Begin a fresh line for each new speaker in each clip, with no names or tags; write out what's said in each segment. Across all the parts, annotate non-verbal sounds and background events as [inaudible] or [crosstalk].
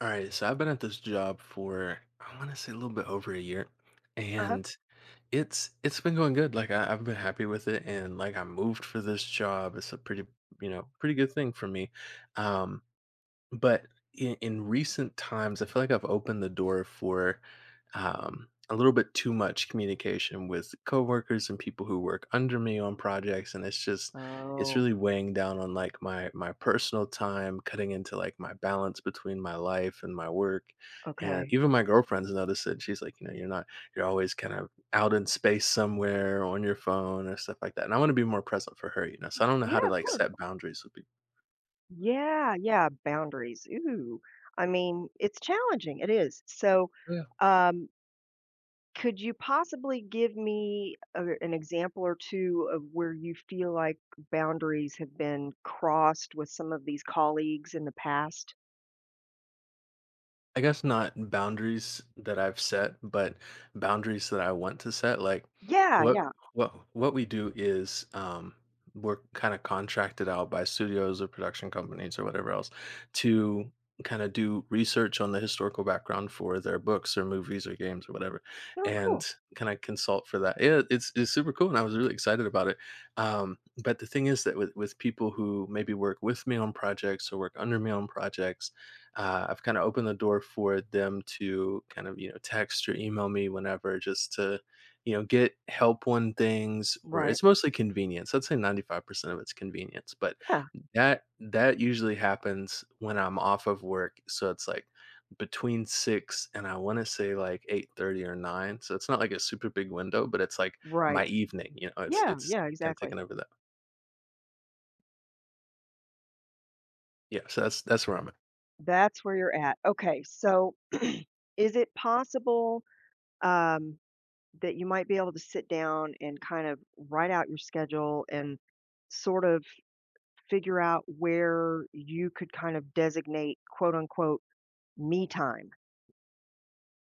All right, so I've been at this job for I want to say a little bit over a year,
Uh-huh.
and it's been going good. Like I've been happy with it, and like I moved for this job. It's a pretty pretty good thing for me. Um, but in recent times, I feel like I've opened the door for a little bit too much communication with coworkers and people who work under me on projects, and it's
Oh,
really weighing down on like my personal time, cutting into like my balance between my life and my work, and
okay.
even my girlfriend's noticed it. She's like, you know, you're not you're always kind of out in space somewhere on your phone or stuff like that, and I want to be more present for her, you know. So I don't know
Yeah,
how to
of
like
course.
set boundaries with
Yeah, yeah, boundaries. Ooh. It's challenging. It is.
people.
Um, could you possibly give me an example or two of where you feel like boundaries have been crossed with some of these colleagues in the past?
I guess not boundaries that I've set, but boundaries that I want to set. Like
Yeah,
what
yeah.
what what we do is we're kind of contracted out by studios or production companies or whatever else to kind of do research on the historical background for their books or movies or games or whatever
Oh,
and
cool.
kind of consult for that. Yeah, it's super cool and I was really excited about it. But the thing is that with people who maybe work with me on projects or work under me on projects I've kind of opened the door for them to kind of text or email me whenever, just to get help on things. Or
Right.
it's mostly convenience. I'd say 95% of it's convenience, but
Yeah,
that usually happens when I'm off of work. So it's like between six and I want to say like 8:30 or nine. So it's not like a super big window, but it's like my
right.
evening. You know, it's
Yeah,
it's
yeah,
kind of
exactly.
taking over that. Yeah, so that's where I'm at.
That's where you're at. Okay, so [clears throat] is it possible? Um, that you might be able to sit down and kind of write out your schedule and sort of figure out where you could kind of designate quote unquote me time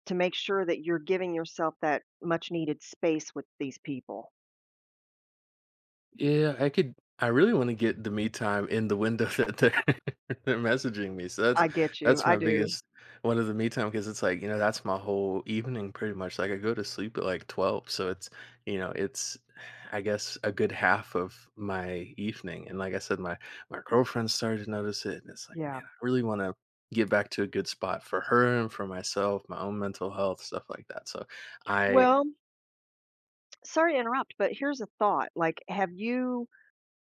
to make sure that you're giving yourself that much needed space with these people.
Yeah, I could, I really wanna get the me time in the window [laughs] that they're [laughs] they're messaging me, so
I get you.
that's
I
my
do.
biggest one of the me time, because it's like, you know, that's my whole evening pretty much, like, I go to sleep at, like, 12, so it's, you know, it's, I guess, a good half of my evening, and like I said, my girlfriend started to notice it, and it's like,
Yeah.
"Man, I really wanna get back to a good spot for her and for myself, my own mental health, stuff like that," so I
Well, sorry to interrupt, but here's a thought. Like, have you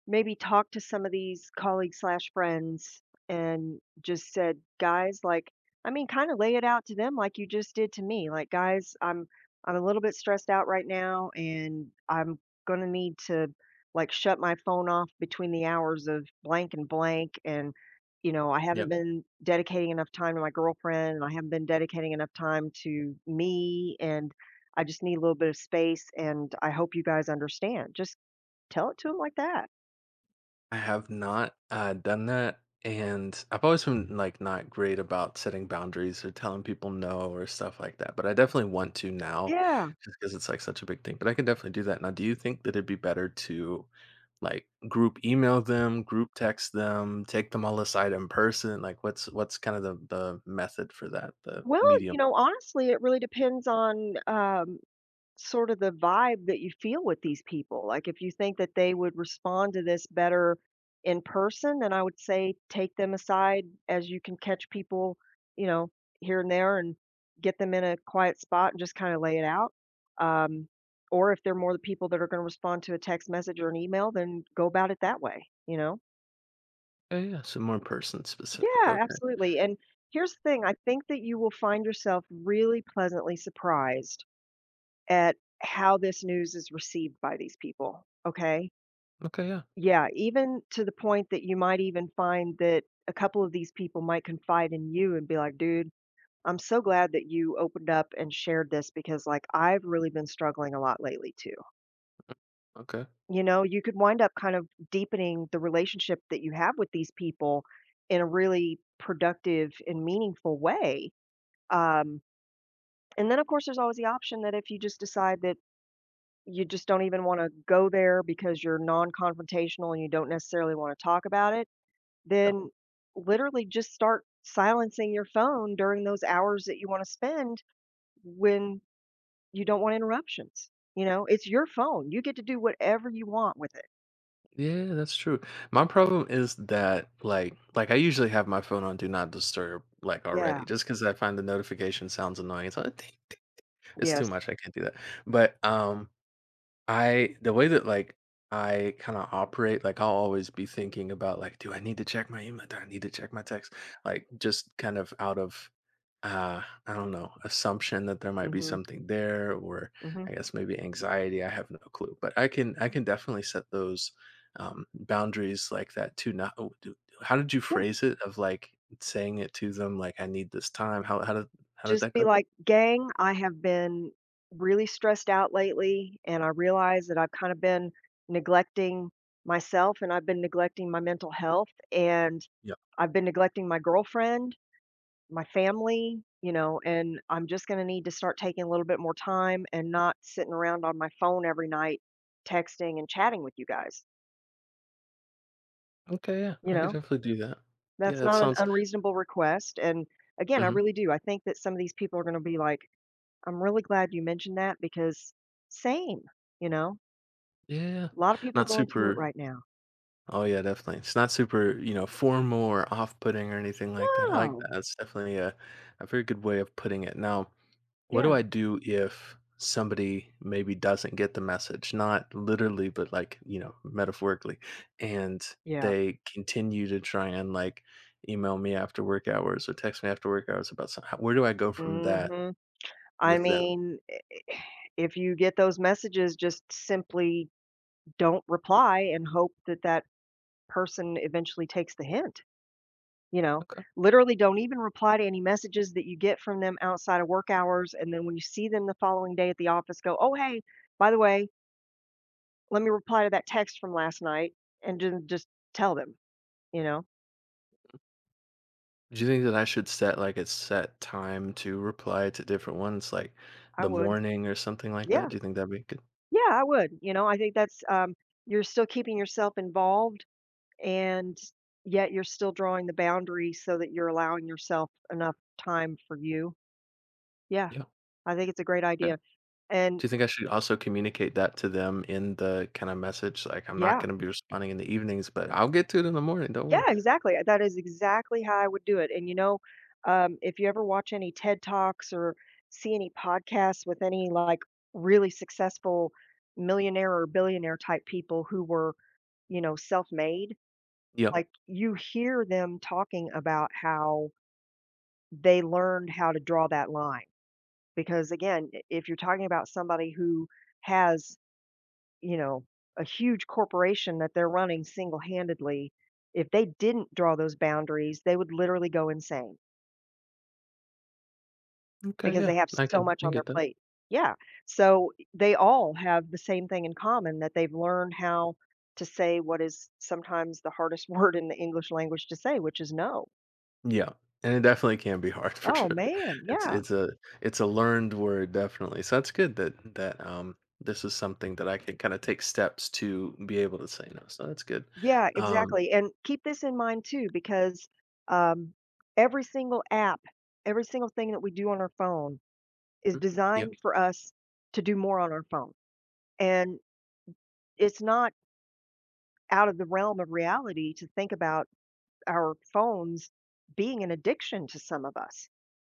maybe talk to some of these colleagues slash friends and just said, guys, kind of lay it out to them like you just did to me. Like, guys, I'm a little bit stressed out right now, and I'm gonna need to like shut my phone off between the hours of blank and blank. And you know, I
you
haven't been dedicating enough time to my girlfriend, and I haven't been dedicating enough time to me, and I just need a little bit of space. And I hope you guys understand. Just tell it to them like that.
I have not done that. And I've always been like not great about setting boundaries or telling people no or stuff like that. But I definitely want to now
Yeah.
just because it's like such a big thing. But I can definitely do that. Now, do you think that it'd be better to like group email them, group text them, take them all aside in person? Like what's kind of the method for that, the
Well,
medium?
you know, honestly, it really depends on sort of the vibe that you feel with these people. Like, if you think that they would respond to this better in person, then I would say take them aside as you can catch people, you know, here and there and get them in a quiet spot and just kind of lay it out. Um, or if they're more the people that are going to respond to a text message or an email, then go about it that way, you know?
Yeah, yeah. So more person specific.
Yeah,
Okay.
absolutely, and here's the thing, I think that you will find yourself really pleasantly surprised at how this news is received by these people, okay?
Okay, yeah.
Yeah, even to the point that you might even find that a couple of these people might confide in you and be like, "Dude, I'm so glad that you opened up and shared this because, like, I've really been struggling a lot lately too."
Okay.
You know, you could wind up kind of deepening the relationship that you have with these people in a really productive and meaningful way. Um, and then, of course, there's always the option that if you just decide that you just don't even want to go there because you're non-confrontational and you don't necessarily want to talk about it, then literally just start silencing your phone during those hours that you want to spend when you don't want interruptions. You know, it's your phone. You get to do whatever you want with it.
Yeah, that's true. My problem is that like I usually have my phone on do not disturb like already
Yeah.
just because I find the notification sounds annoying. It's like "Ding." It's too
Yes.
much. I can't do that. But I, the way that like I kind of operate, like I'll always be thinking about like, do I need to check my email? Do I need to check my text? Like just kind of out of uh I don't know, assumption that there
Mm.
might be
Mhm.
something there or
Mhm.
I guess maybe anxiety, I have no clue, but I can, I can definitely set those boundaries like that too, not how did you phrase it, of like saying it to them like I need this time? How did how did
Just
that
be
go?
like, "Gang, I have been really stressed out lately, and I realize that I've kind of been neglecting myself and I've been neglecting my mental health, and
Yeah.
I've been neglecting my girlfriend, my family, you know, and I'm just gonna need to start taking a little bit more time and not sitting around on my phone every night texting and chatting with you guys."
Okay, yeah,
You
I could
know?
definitely do that. Yeah,
That's
that
not an
sounds…
unreasonable request, and again, I
mhm.
really do. I think that some of these people are gonna be like, I'm really glad you mentioned that because same, you know?
Yeah.
A lot of people are
Not
going through it
super…
right now.
oh yeah, definitely, it's not super, you know, formal or off-putting or anything like that. I like that,
No.
that's definitely a very good way of putting it. Now, what do
Yeah,
I do if somebody maybe doesn't get the message? Not literally, but like, you know, metaphorically. And
yeah.
they continue to try and like email me after work hours or text me after work hours about something. Where do I go from that
Mhm. I
with them?
mean, if you get those messages, just simply don't reply and hope that person eventually takes the hint, you know?
Okay.
Literally don't even reply to any messages that you get from them outside of work hours, and then when you see them the following day at the office, go, "Oh, hey, by the way, let me reply to that text from last night," and ju just tell them, you know?
Do you think that I should set like a set time to reply to different ones, like
I
the
would.
morning or something like
Yeah,
that? Do you think that'd be good?
yeah, I would, you know, I think that's, you're still keeping yourself involved and yet you're still drawing the boundary so that you're allowing yourself enough time for you. Yeah,
Yeah.
I think it's a great idea, and
Do you think I should also communicate that to them in the kinda message? Like, I'm not
yeah,
gonna be responding in the evenings, but I'll get to it in the morning, don't worry.
yeah, exactly, that is exactly how I would do it, and, you know, if you ever watch any TED Talks or see any podcasts with any, like, really successful millionaire or billionaire type people who were, you know, self-made.
Yeah.
Like, you hear them talking about how they learned how to draw that line because, again, I if you're talking about somebody who has, you know, a huge corporation that they're running single-handedly, if they didn't draw those boundaries, they would literally go insane
Okay,
because
yeah,
they have
I
so
can, I
much
can
on their
get that.
plate. Yeah, so they all have the same thing in common that they've learned how to say what is sometimes the hardest [laughs] word in the English language to say, which is "no."
Yeah, and it definitely can be hard [laughs] for
Oh,
sure.
man,
It's
yeah.
it's a it's a learned word, definitely. So that's good, that that, this is something that I can kinda take steps to be able to say no, so that's good.
Yeah,
Um,
exactly, and keep this in mind too, because, um, every single app, every single thing that we do on our phone is
mm, yeah,
designed for us to do more on our phone, and it's not out of the realm of reality to think about our phones being an addiction to some of us.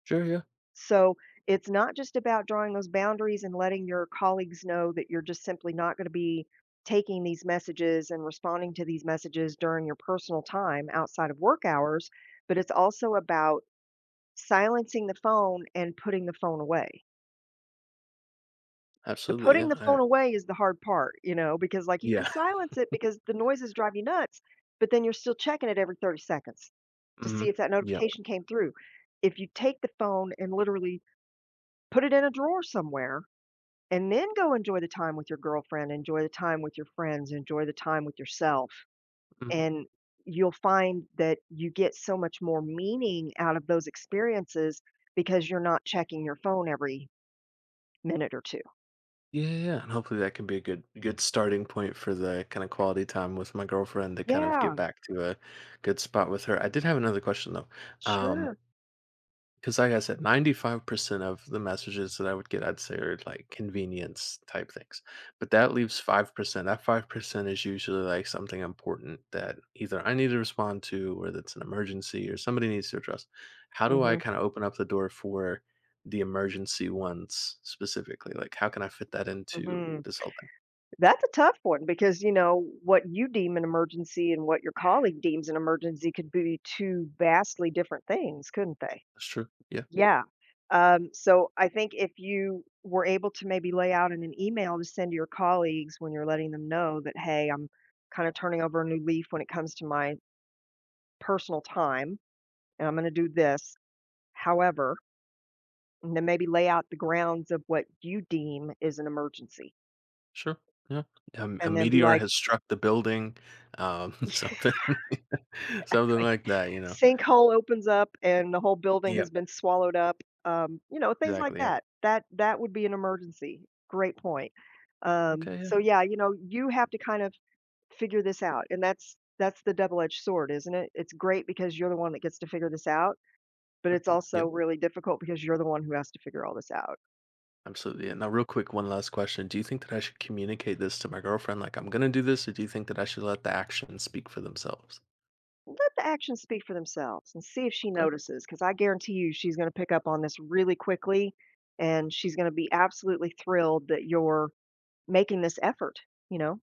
sure, yeah,
So it's not just about drawing those boundaries and letting your colleagues know that you're just simply not going to be taking these messages and responding to these messages during your personal time outside of work hours, but it's also about silencing the phone and putting the phone away. The
absolutely, yeah,
putting the
I,
phone away is the hard part, you know, because like you can
yeah,
silence it because the noises drive you nuts, but then you're still checking it every 30 seconds
[laughs]
to see
mhm,
if that
yep,
notification came through. If you take the phone and literally put it in a drawer somewhere and then go enjoy the time with your girlfriend, enjoy the time with your friends, enjoy the time with yourself.
mhm.
And you'll find that you get so much more meaning out of those experiences because you're not checking your phone every minute or two.
Yeah, yeah, yeah, and hopefully that can be a good good starting point for the kind of quality time with my girlfriend to kind of get
Yeah,
back to a good spot with her. I did have another question though. Um,
sure.
because like I said, 95% of the messages that I would get, I'd say are like convenience type things. But that leaves 5%. That 5% is usually like something important that either I need to respond to or that's an emergency or somebody needs to address. How do I
Mhm.
kind of open up the door for the emergency ones specifically? Like how can I fit that into
Mhm.
this whole thing?
That's a tough one because, you know, what you deem an emergency and what your colleague deems an emergency could be two vastly different things, couldn't they?
That's true. Yeah,
Yeah, so I think if you were able to maybe lay out in an email to send to your colleagues when you're letting them know that, "Hey, I'm kinda turning over a new leaf when it comes to my personal time, and I'm gonna do this. However" and then maybe lay out the grounds of what you deem is an emergency,
sure. Yeah. A
and then be
meteor
like
has struck the building. [laughs]
[laughs]
Something [laughs] something like that, you know.
sinkhole opens up and the whole building
Yeah.
has been swallowed up, you know, things like
Exactly, yeah.
that. That would be an emergency. Great point.
Okay, yeah.
So yeah, you know, you have to kind of figure this out, and that's the double-edged sword, isn't it? It's great because you're the one that gets to figure this out, but it's
Mhm.
also
Yep,
really difficult because you're the one who has to figure all this out.
absolutely. Yeah. Now, real quick, one last question. Do you think that I should communicate this to my girlfriend, like, "I'm gonna do this," or do you think that I should let the actions speak for themselves?
Let the actions speak for themselves and see if she
Okay.
notices, because I guarantee you she's going to pick up on this really quickly, and she's going to be absolutely thrilled that you're making this effort, you know?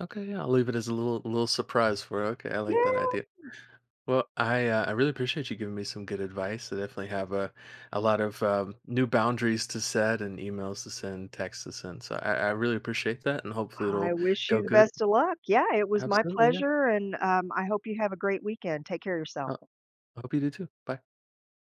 Okay, yeah, I'll leave it as a little little surprise for her. Okay, I like that
Yeah.
idea. Well, I really appreciate you giving me some good advice. I definitely have a lot of, new boundaries to set and emails to send, texts to send, so I really appreciate that, and hopefully
I
it'll
wish
go
you the
good.
best of luck. Yeah, it was my
Absolutely, yeah.
pleasure, and, I hope you have a great weekend. Take care of
I
yourself.
I hope you do too. Bye.